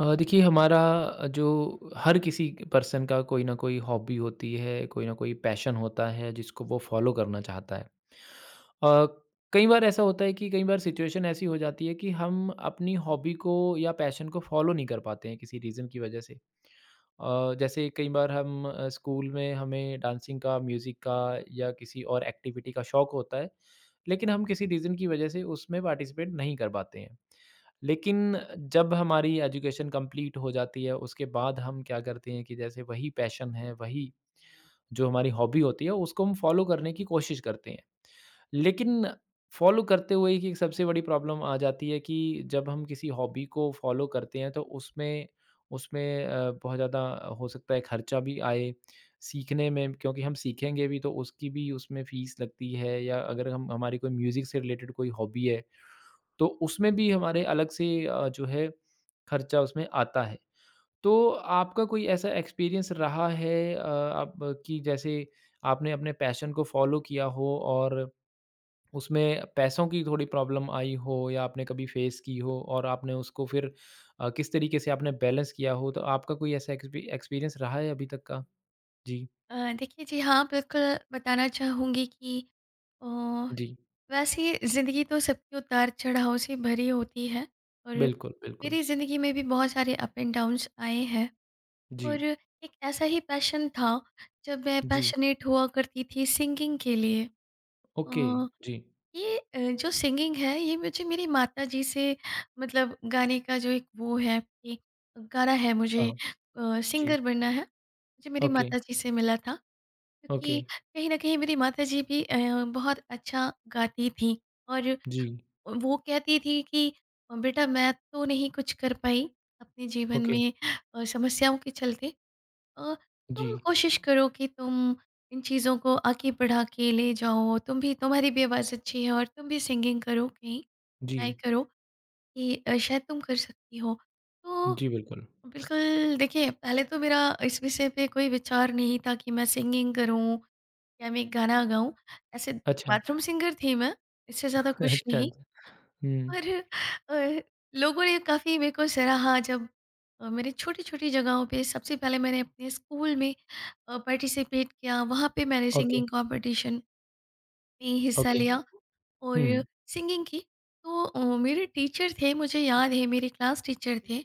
देखिए हमारा जो हर किसी पर्सन का कोई ना कोई हॉबी होती है, कोई ना कोई पैशन होता है जिसको वो फॉलो करना चाहता है। अ, कई बार ऐसा होता है कि कई बार सिचुएशन ऐसी हो जाती है कि हम अपनी हॉबी को या पैशन को फॉलो नहीं कर पाते हैं किसी रीज़न की वजह से। जैसे कई बार हम स्कूल में हमें डांसिंग का, म्यूज़िक का या किसी और एक्टिविटी का शौक होता है, लेकिन हम किसी रीज़न की वजह से उसमें पार्टिसिपेट नहीं कर पाते हैं। लेकिन जब हमारी एजुकेशन कंप्लीट हो जाती है, उसके बाद हम क्या करते हैं कि जैसे वही पैशन है, वही जो हमारी हॉबी होती है, उसको हम फॉलो करने की कोशिश करते हैं। लेकिन फॉलो करते हुए ही सबसे बड़ी प्रॉब्लम आ जाती है कि जब हम किसी हॉबी को फॉलो करते हैं तो उसमें उसमें बहुत ज़्यादा हो सकता है खर्चा भी आए सीखने में क्योंकि हम सीखेंगे भी तो उसकी भी उसमें फ़ीस लगती है या अगर हम हमारी कोई म्यूज़िक से रिलेटेड कोई हॉबी है तो उसमें भी हमारे अलग से जो है खर्चा उसमें आता है। तो आपका कोई ऐसा एक्सपीरियंस रहा है आप कि जैसे आपने अपने पैशन को फॉलो किया हो और उसमें पैसों की थोड़ी प्रॉब्लम आई हो या आपने कभी फेस की हो और आपने उसको फिर किस तरीके से आपने बैलेंस किया हो, तो आपका कोई ऐसा एक्सपीरियंस रहा है अभी तक का? जी, देखिए जी हाँ, बिल्कुल बताना चाहूँगी कि अ, जी। वैसे ज़िंदगी तो सबकी उतार-चढ़ाव से भरी होती है और बिल्कुल, बिल्कुल। मेरी ज़िंदगी में भी बहुत सारे अप एंड डाउन्स आए हैं। जी, और एक ऐसा ही पैशन था जब मैं जी। पैशनेट हुआ करती थी सिंगिंग के लिए। ओके, अ, जी। ये जो सिंगिंग है, ये मुझे मेरी माताजी से, मतलब गाने का जो एक वो है कि गाना है मुझे, हाँ, जी। सिंगर बनना है, मुझे मेरी ओके, माताजी से मिला था। ओके। क्योंकि कहीं न कहीं मेरी माताजी भी बहुत अच्छा गाती थीं। और जी, वो कहती थी कि बेटा, मैं तो नहीं कुछ कर पाई अपने जीवन ओके। में समस्याओं के चलते। अ, जी, तुम कोशिश करो कि तुम इन चीज़ों को आगे बढ़ा के ले जाओ। तुम भी, तुम्हारी भी आवाज़ अच्छी है और तुम भी सिंगिंग करो कहीं, जी, ट्राई करो कि शायद तुम कर सकती हो। तो जी, बिल्कुल। बिल्कुल देखिए, पहले तो मेरा इस विषय पे कोई विचार नहीं था कि मैं सिंगिंग करूँ या मैं एक गाना गाऊँ। ऐसे अच्छा, बाथरूम सिंगर थी मैं, इससे ज़्यादा कुछ अच्छा, नहीं। अच्छा। हुँ, और अ, लोगों ने काफ़ी मेरे को सराहा। जब मैंने छोटी-छोटी जगहों पे, सबसे पहले मैंने अपने स्कूल में पार्टिसिपेट किया। वहाँ पे मैंने ओके, सिंगिंग कॉम्पिटिशन में हिस्सा ओके। लिया और हुँ, सिंगिंग की। तो मेरे टीचर थे, मुझे याद है, मेरे क्लास टीचर थे।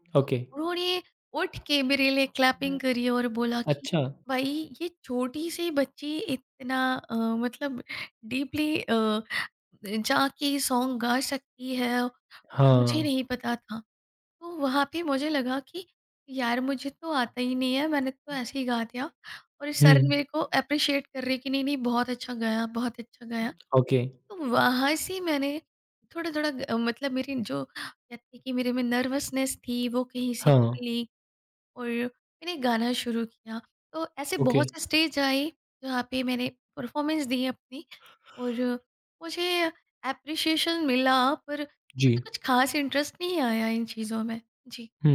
तो ओके। उन्होंने उठ के मेरे लिए क्लैपिंग करी और बोला कि अच्छा, भाई, ये छोटी सी बच्ची इतना मतलब डीपली जाके सॉन्ग गा सकती है, मुझे हाँ। नहीं पता था। तो वहाँ पे मुझे लगा कि यार, मुझे तो आता ही नहीं है, मैंने तो ऐसे ही गा दिया, और सर मेरे हुँ, को अप्रिशिएट कर रहे कि नहीं नहीं, बहुत अच्छा गाया, बहुत अच्छा गाया। ओके, तो वहाँ से मैंने थोड़ा थोड़ा मतलब मेरी जो कहते हैं कि मेरे में नर्वसनेस थी, वो कहीं से हाँ, खुली और मैंने गाना शुरू किया। तो ऐसे ओके। बहुत से स्टेज आए जहाँ पे मैंने परफ़ॉर्मेंस दी अपनी, और मुझे एप्रिशिएशन मिला, पर मुझे जी, कुछ ख़ास इंटरेस्ट नहीं आया इन चीज़ों में। जी। हुँ।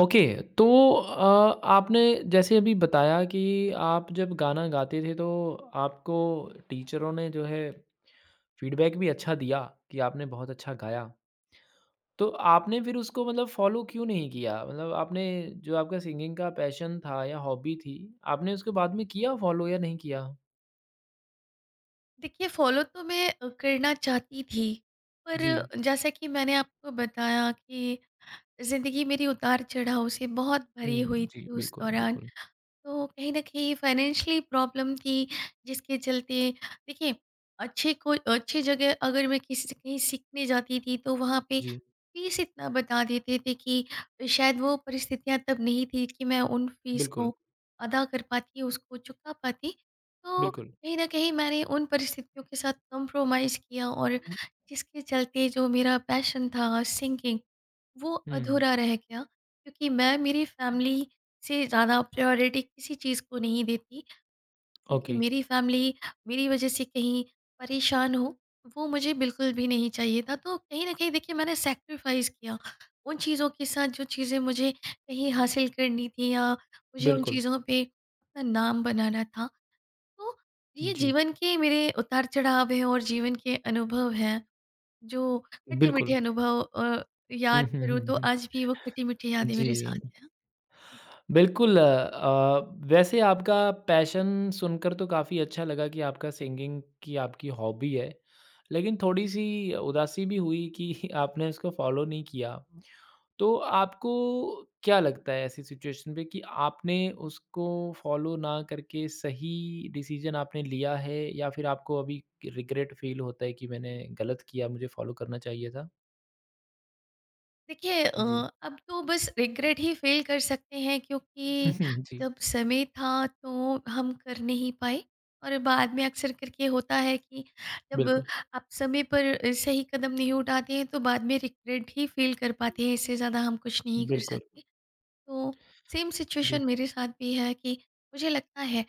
ओके, तो आपने जैसे अभी बताया कि आप जब गाना गाते थे, तो आपको टीचरों ने जो है फीडबैक भी अच्छा दिया कि आपने बहुत अच्छा गाया। तो आपने फिर उसको मतलब फ़ॉलो क्यों नहीं किया? मतलब आपने जो आपका सिंगिंग का पैशन था या हॉबी थी, आपने उसको बाद में किया फ़ॉलो या नहीं किया? देखिए, फ़ॉलो तो मैं करना चाहती थी, जी। पर जैसा कि मैंने आपको बताया कि ज़िंदगी मेरी उतार-चढ़ाव से बहुत भरी हुँ, हुई जी, थी उस बिल्कुल, दौरान। बिल्कुल। तो कहीं न कहीं फाइनेंशियली प्रॉब्लम थी, जिसके चलते, देखिए, अच्छे कोई अच्छी जगह अगर मैं किसी से कहीं सीखने जाती थी, तो वहाँ पे जी, फ़ीस इतना बता देते थे कि शायद वो परिस्थितियाँ तब नहीं थी कि मैं उन फ़ीस बिल्कुल, को अदा कर पाती, उसको चुका पाती। तो बिल्कुल। कहीं न कहीं मैंने उन परिस्थितियों के साथ कंप्रोमाइज़ किया, और जिसके चलते जो मेरा पैशन था सिंगिंग, वो हुँ, अधूरा रह गया। क्योंकि मैं मेरी फैमिली से ज़्यादा प्रायोरिटी किसी चीज़ को नहीं देती। क्योंकि ओके। मेरी फैमिली मेरी वजह से कहीं परेशान हो, वो मुझे बिल्कुल भी नहीं चाहिए था। तो कहीं ना कहीं, देखिए, मैंने सेक्रीफाइस किया उन चीज़ों के साथ, जो चीज़ें मुझे कहीं हासिल करनी थी या मुझे उन बिल्कुल, चीज़ों पे अपना नाम बनाना था। तो ये जी, जीवन के मेरे उतार चढ़ाव हैं और जीवन के अनुभव हैं, जो बिल्कुल। खट्टे-मीठे अनुभव हुँ, याद हुँ, करूँ हुँ, तो हुँ। आज भी वो खट्टी-मीठी यादें मेरे जी, साथ हैं। जी। बिल्कुल वैसे आपका पैशन सुनकर तो काफ़ी अच्छा लगा कि आपका सिंगिंग की आपकी हॉबी है। लेकिन थोड़ी-सी उदासी भी हुई कि आपने उसको फ़ॉलो नहीं किया। तो आपको क्या लगता है ऐसी सिचुएशन पे कि आपने उसको फ़ॉलो ना करके सही डिसीज़न आपने लिया है या फिर आपको अभी रिग्रेट फ़ील होता है कि मैंने गलत किया, मुझे फ़ॉलो करना चाहिए था? देखिए, जी। अब तो बस रिग्रेट ही फ़ील कर सकते हैं, हुँ, क्योंकि हुँ। जी, जब समय था तो हम कर नहीं पाए। और बाद में अक्सर करके होता है कि जब बिल्कुल, आप समय पर सही कदम नहीं उठाते हैं, तो बाद में रिग्रेट ही फ़ील कर पाते हैं, इससे ज़्यादा हम कुछ नहीं कर बिल्कुल। सकते। तो सेम सिचुएशन जी। मेरे साथ भी है कि मुझे लगता है,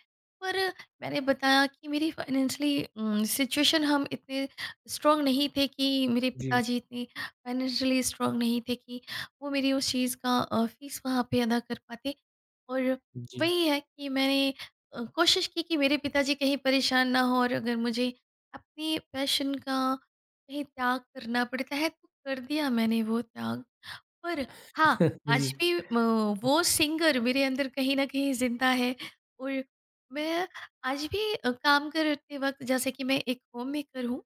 पर मैंने बताया कि मेरी फाइनेंशियली सिचुएशन, हम इतने स्ट्रांग नहीं थे, कि मेरे जी, पिताजी इतने फाइनेंशियली स्ट्रांग नहीं थे कि वो मेरी उस चीज़ का फीस वहाँ पे अदा कर पाते। और जी। वही है कि मैंने कोशिश की कि मेरे पिताजी कहीं परेशान ना हो, और अगर मुझे अपनी पैशन का कहीं त्याग करना पड़ता है, तो कर दिया मैंने वो त्याग। पर हाँ, आज जी, भी म वो सिंगर मेरे अंदर कहीं न कहीं ज़िंदा है। और मैं आज भी काम करते वक़्त, जैसे कि मैं एक होममेकर हूँ,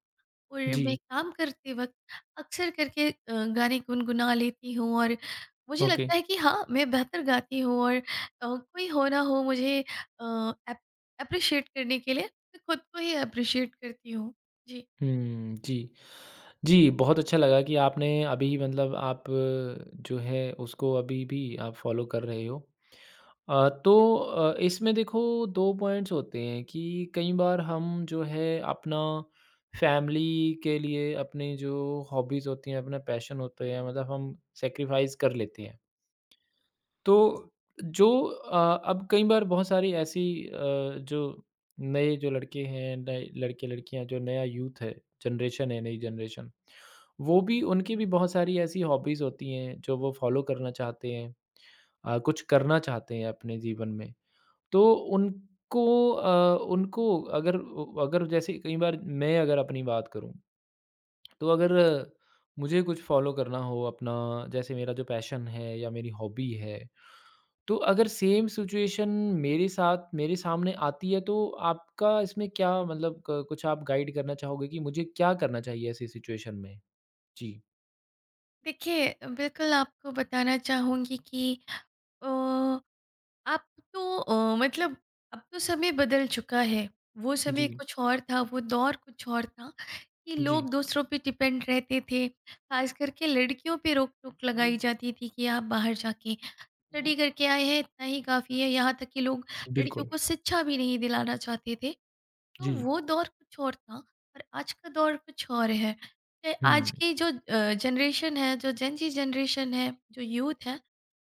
और मैं जी, काम करते वक़्त अक्सर करके गाने गुनगुना लेती हूँ। और मुझे ओके। लगता है कि हाँ, मैं बेहतर गाती हूँ। और कोई हो ना हो, मुझे अ, एप एप्रिशिएट करने के लिए, मैं खुद को ही एप्रिशिएट करती हूँ। जी। हुँ, जी। जी, बहुत अच्छा लगा कि आपने अभी मतलब आप जो है उसको अभी भी आप फ़ॉलो कर रहे हो। तो इसमें देखो 2 पॉइंट्स होते हैं कि कई बार हम जो है अपना फैमिली के लिए अपनी जो हॉबीज़ होती हैं, अपना पैशन होता है मतलब हम सैक्रिफ़ाइस कर लेते हैं। तो जो अब कई बार बहुत सारी ऐसी जो नए जो लड़के हैं, नए लड़के-लड़कियाँ जो नया यूथ है, जनरेशन है, नई जनरेशन, वो भी उनकी भी बहुत सारी ऐसी हॉबीज़ होती हैं जो वो फॉलो करना चाहते हैं। कुछ करना चाहते हैं अपने जीवन में। तो उनको उनको अगर जैसे कई बार मैं अगर अपनी बात करूँ, तो अगर मुझे कुछ फॉलो करना हो अपना जैसे मेरा जो पैशन है या मेरी हॉबी है तो अगर सेम सिचुएशन मेरे साथ मेरे सामने आती है तो आपका इसमें क्या मतलब क कुछ आप गाइड करना चाहोगे कि मुझे क्या करना चाहिए ऐसी सिचुएशन में? जी। देखिए, बिल्कुल आपको बताना चाहूँगी कि अ अब तो मतलब अब तो समय बदल चुका है। वो समय जी, कुछ और था, वो दौर कुछ और था, कि जी। लोग दूसरों पे डिपेंड रहते थे। ख़ास करके लड़कियों पे रोक-टोक लगाई जाती थी कि आप बाहर जाके स्टडी करके आए हैं, इतना ही काफ़ी है। यहाँ तक कि लोग लड़कियों बिल्कुल, को शिक्षा भी नहीं दिलाना चाहते थे। तो जी। वो दौर कुछ और था, और आज का दौर कुछ और है। तो आज हुँ, की जो जनरेशन है, जो जेन जी जनरेशन है, जो यूथ है,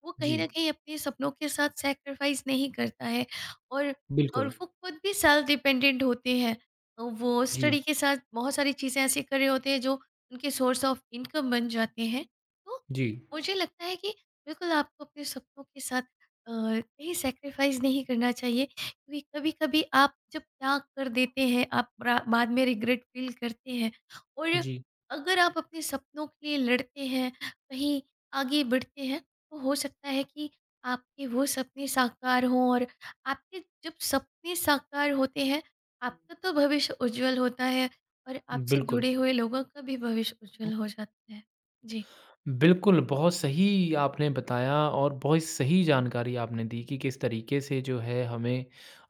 वो जी, कहीं ना कहीं अपने सपनों के साथ सेक्रीफाइस नहीं करता है। और बिल्कुल। वो खुद भी सेल्फ डिपेंडेंट होते हैं। तो वो स्टडी जी, के साथ बहुत सारी चीज़ें ऐसी कर रहे होते हैं, जो उनके सोर्स ऑफ इनकम बन जाते हैं। तो जी, मुझे लगता है कि बिल्कुल, आपको अपने सपनों के साथ कहीं सेक्रीफाइस नहीं करना चाहिए। क्योंकि कभी-कभी आप जब त्याग कर देते हैं, आप ब्रा बाद में रिग्रेट फ़ील करते हैं। और जी, अगर आप अपने सपनों के लिए लड़ते हैं, कहीं आगे बढ़ते हैं, तो हो सकता है कि आपके वो सपने साकार हों। और आपके जब सपने साकार होते हैं, आपका तो भविष्य उज्जवल होता है, और आपसे बिल्कुल। जुड़े हुए लोगों का भी भविष्य उज्जवल हो जाता है। जी। बिल्कुल, बहुत सही आपने बताया और बहुत सही जानकारी आपने दी कि किस तरीके से जो है हमें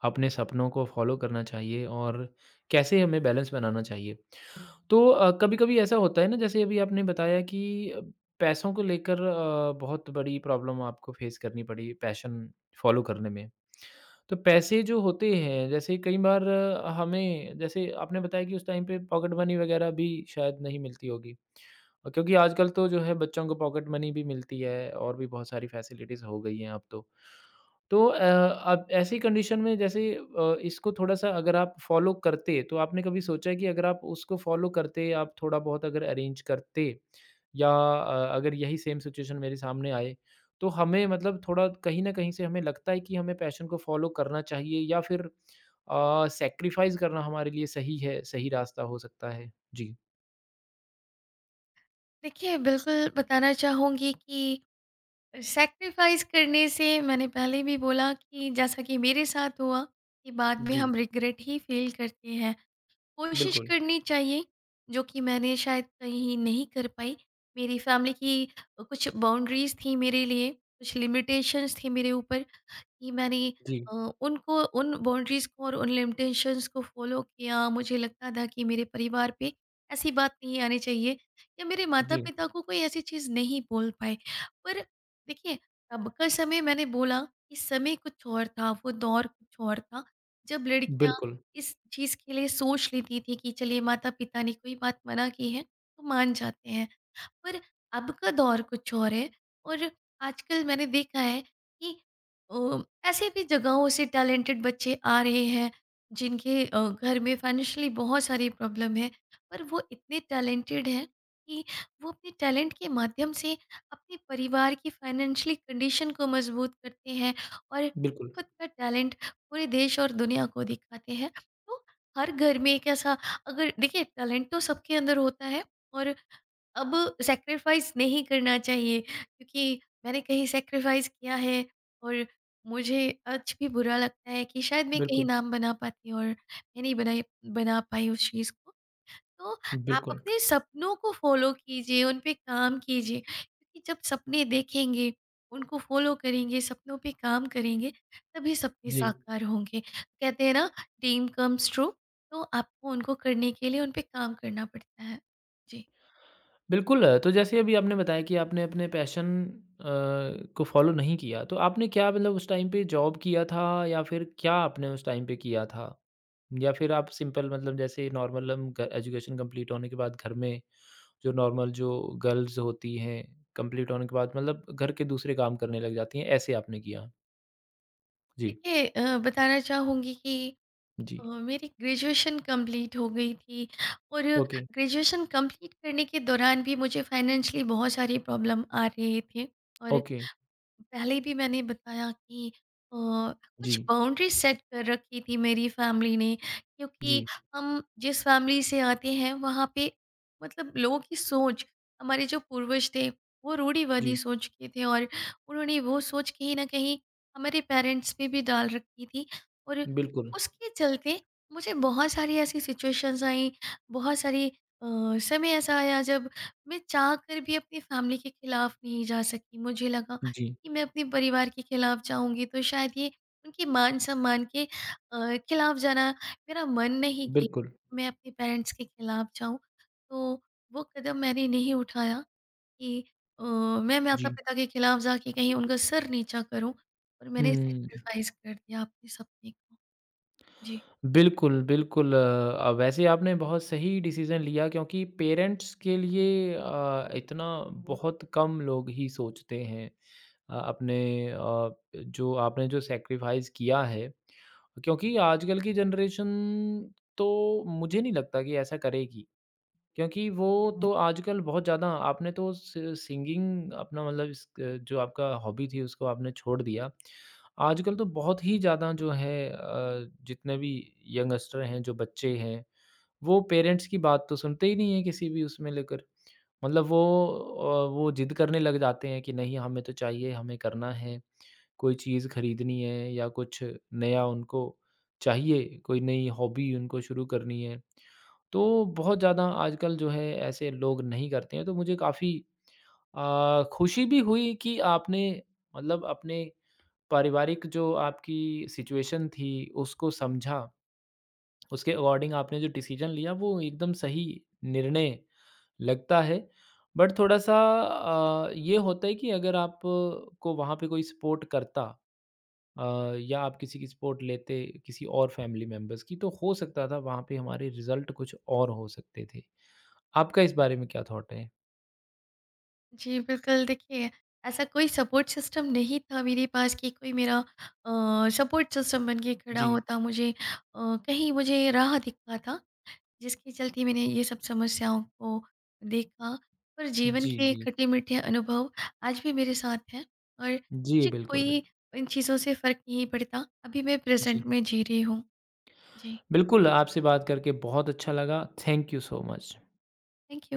अपने सपनों को फ़ॉलो करना चाहिए और कैसे हमें बैलेंस बनाना चाहिए। तो कभी-कभी ऐसा होता है ना जैसे अभी आपने बताया कि पैसों को लेकर बहुत बड़ी प्रॉब्लम आपको फेस करनी पड़ी पैशन फॉलो करने में। तो पैसे जो होते हैं जैसे कई बार हमें जैसे आपने बताया कि उस टाइम पे पॉकेट मनी वगैरह भी शायद नहीं मिलती होगी। क्योंकि आजकल तो जो है बच्चों को पॉकेट मनी भी मिलती है और भी बहुत सारी फैसिलिटीज़ हो गई हैं अब तो। तो अब ऐसी कंडीशन में जैसे इसको थोड़ा-सा अगर आप फ़ॉलो करते, तो आपने कभी सोचा है कि अगर आप उसको फ़ॉलो करते, आप थोड़ा बहुत अगर अरेंज करते या अगर यही सेम सिचुएशन मेरे सामने आए, तो हमें मतलब थोड़ा कहीं न कहीं से हमें लगता है कि हमें पैशन को फ़ॉलो करना चाहिए या फिर सैक्रिफ़ाइज़ करना हमारे लिए सही है, सही रास्ता हो सकता है? जी, देखिए, बिल्कुल बताना चाहूँगी कि सैक्रिफाइस करने से, मैंने पहले भी बोला कि जैसा कि मेरे साथ हुआ, कि बाद में जी, हम रिग्रेट ही फील करते हैं। कोशिश बिल्कुल। करनी चाहिए, जो कि मैंने शायद कहीं नहीं कर पाई। मेरी फैमिली की कुछ बाउंड्रीज़ थी मेरे लिए, कुछ लिमिटेशंस थी मेरे ऊपर, कि मैंने जी, अ, उनको, उन बाउंड्रीज़ को और उन लिमिटेशंस को फ़ॉलो किया। मुझे लगता था कि मेरे परिवार पे ऐसी बात नहीं आनी चाहिए, या मेरे जी, माता-पिता को कोई ऐसी चीज़ नहीं बोल पाए। पर देखिए, तब का समय, मैंने बोला कि समय कुछ और था, वो दौर कुछ और था, जब लड़कियाँ बिल्कुल, इस चीज़ के लिए सोच लेती थी कि चलिए, माता-पिता ने कोई बात मना की है, तो मान जाते हैं। पर अब का दौर कुछ और है। और आजकल मैंने देखा है कि अ, ऐसे भी जगहों से टैलेंटेड बच्चे आ रहे हैं, जिनके घर में फाइनेंशियली बहुत सारी प्रॉब्लम है, पर वो इतने टैलेंटेड हैं कि वो अपने टैलेंट के माध्यम से अपने परिवार की फाइनेंशियली कंडीशन को मजबूत करते हैं, और बिल्कुल, खुद का टैलेंट पूरे देश और दुनिया को दिखाते हैं। तो हर घर में एक ऐसा, अगर देखिए, टैलेंट तो सबके अंदर होता है। और अब सैक्रिफाइस नहीं करना चाहिए, क्योंकि मैंने कहीं सैक्रिफाइस किया है, और मुझे आज भी बुरा लगता है कि शायद मैं कहीं बिल्कुल, नाम बना पाती, और मैं नहीं बनाई बना पाई उस चीज़ को। तो आप बिल्कुल। अपने सपनों को फ़ॉलो कीजिए, उन पे काम कीजिए, क्योंकि जब सपने देखेंगे, उनको फ़ॉलो करेंगे, सपनों पे काम करेंगे, तभी सपने जी। साकार होंगे। कहते हैं ना, ड्रीम कम्स ट्रू। तो आपको उनको करने के लिए उन पे काम करना पड़ता है। जी। बिल्कुल, तो जैसे अभी आपने बताया कि आपने अपने पैशन अ, को फ़ॉलो नहीं किया, तो आपने क्या मतलब उस टाइम पे जॉब किया था या फिर क्या आपने उस टाइम पे किया था? या फिर आप सिंपल मतलब जैसे नॉर्मल हम ग एजुकेशन कंप्लीट होने के बाद घर में जो नॉर्मल जो गर्ल्स होती हैं, कंप्लीट होने के बाद मतलब घर के दूसरे काम करने लग जाती हैं, ऐसे आपने किया? जी, देखिए, बताना चाहूँगी कि जी। मेरी ग्रेजुएशन कंप्लीट हो गई थी। और ओके, ग्रेजुएशन कंप्लीट करने के दौरान भी मुझे फाइनेंशियली बहुत सारी प्रॉब्लम आ रहे थे। और ओके। पहले भी मैंने बताया कि जी, कुछ बाउंड्री सेट कर रखी थी मेरी फैमिली ने। क्योंकि जी, हम जिस फैमिली से आते हैं, वहाँ पे, मतलब लोगों की सोच, हमारे जो पूर्वज थे, वो रूढ़िवादी जी। सोच के थे, और उन्होंने वो सोच कहीं ना कहीं हमारे पेरेंट्स पे भी डाल रखी थी। और बिल्कुल। उसके चलते मुझे बहुत सारी ऐसी सिचुएशंस आई, बहुत सारी समय ऐसा आया जब मैं चाह कर भी अपनी फैमिली के खिलाफ नहीं जा सकी। मुझे लगा जी, कि मैं अपने परिवार के खिलाफ जाऊँगी, तो शायद ये उनके मान-सम्मान के खिलाफ जाना, मेरा मन नहीं कि बिल्कुल। मैं अपने पेरेंट्स के खिलाफ जाऊँ। तो वो कदम मैंने नहीं उठाया कि मैं जी। माता-पिता के खिलाफ जाके कहीं उनका सर नीचा करूँ। और मैंने हुँ। सैक्रिफाइस कर दिया अपने सपने को। जी। बिल्कुल, बिल्कुल वैसे आपने बहुत सही डिसीज़न लिया क्योंकि पेरेंट्स के लिए इतना बहुत कम लोग ही सोचते हैं अपने अ, जो आपने जो सैक्रिफ़ाइस किया है। क्योंकि आजकल की जनरेशन तो मुझे नहीं लगता कि ऐसा करेगी। क्योंकि वो हुँ। तो आजकल बहुत ज़्यादा आपने तो सि सिंगिंग अपना मतलब इस क जो आपका हॉबी थी उसको आपने छोड़ दिया। आजकल तो बहुत ही ज़्यादा जो है जितने भी यंगस्टर हैं, जो बच्चे हैं, वो पेरेंट्स की बात तो सुनते ही नहीं है किसी भी उसमें लेकर। मतलब वो ज़िद करने लग जाते हैं कि नहीं हमें तो चाहिए, हमें करना है, कोई चीज़ खरीदनी है या कुछ नया उनको चाहिए, कोई नई हॉबी उनको शुरू करनी है। तो बहुत ज़्यादा आजकल जो है ऐसे लोग नहीं करते हैं, तो मुझे काफ़ी खुशी भी हुई कि आपने मतलब अपने पारिवारिक जो आपकी सिचुएशन थी उसको समझा, उसके अकॉर्डिंग आपने जो डिसीज़न लिया वो एकदम सही निर्णय लगता है। बट थोड़ा-सा ये होता है कि अगर आप को वहाँ पे कोई सपोर्ट करता या आप किसी की सपोर्ट लेते किसी और फैमिली मेंबर्स की, तो हो सकता था वहाँ पे हमारे रिज़ल्ट कुछ और हो सकते थे। आपका इस बारे में क्या थॉट है? जी, बिल्कुल। देखिए, ऐसा कोई सपोर्ट सिस्टम नहीं था मेरे पास, कि कोई मेरा सपोर्ट सिस्टम बन के खड़ा जी। होता, मुझे कहीं मुझे राह दिखता था। जिसके चलते मैंने ये सब समस्याओं को देखा, और जीवन जी, के जी। खट्टे-मीठे अनुभव आज भी मेरे साथ हैं। और जी, मुझे बिल्कुल, कोई बिल्कुल। इन चीज़ों से फ़र्क नहीं पड़ता। अभी मैं प्रेज़ेंट जी। में जी रही हूँ। जी, बिल्कुल, आपसे बात करके बहुत अच्छा लगा। Thank you so much. Thank you.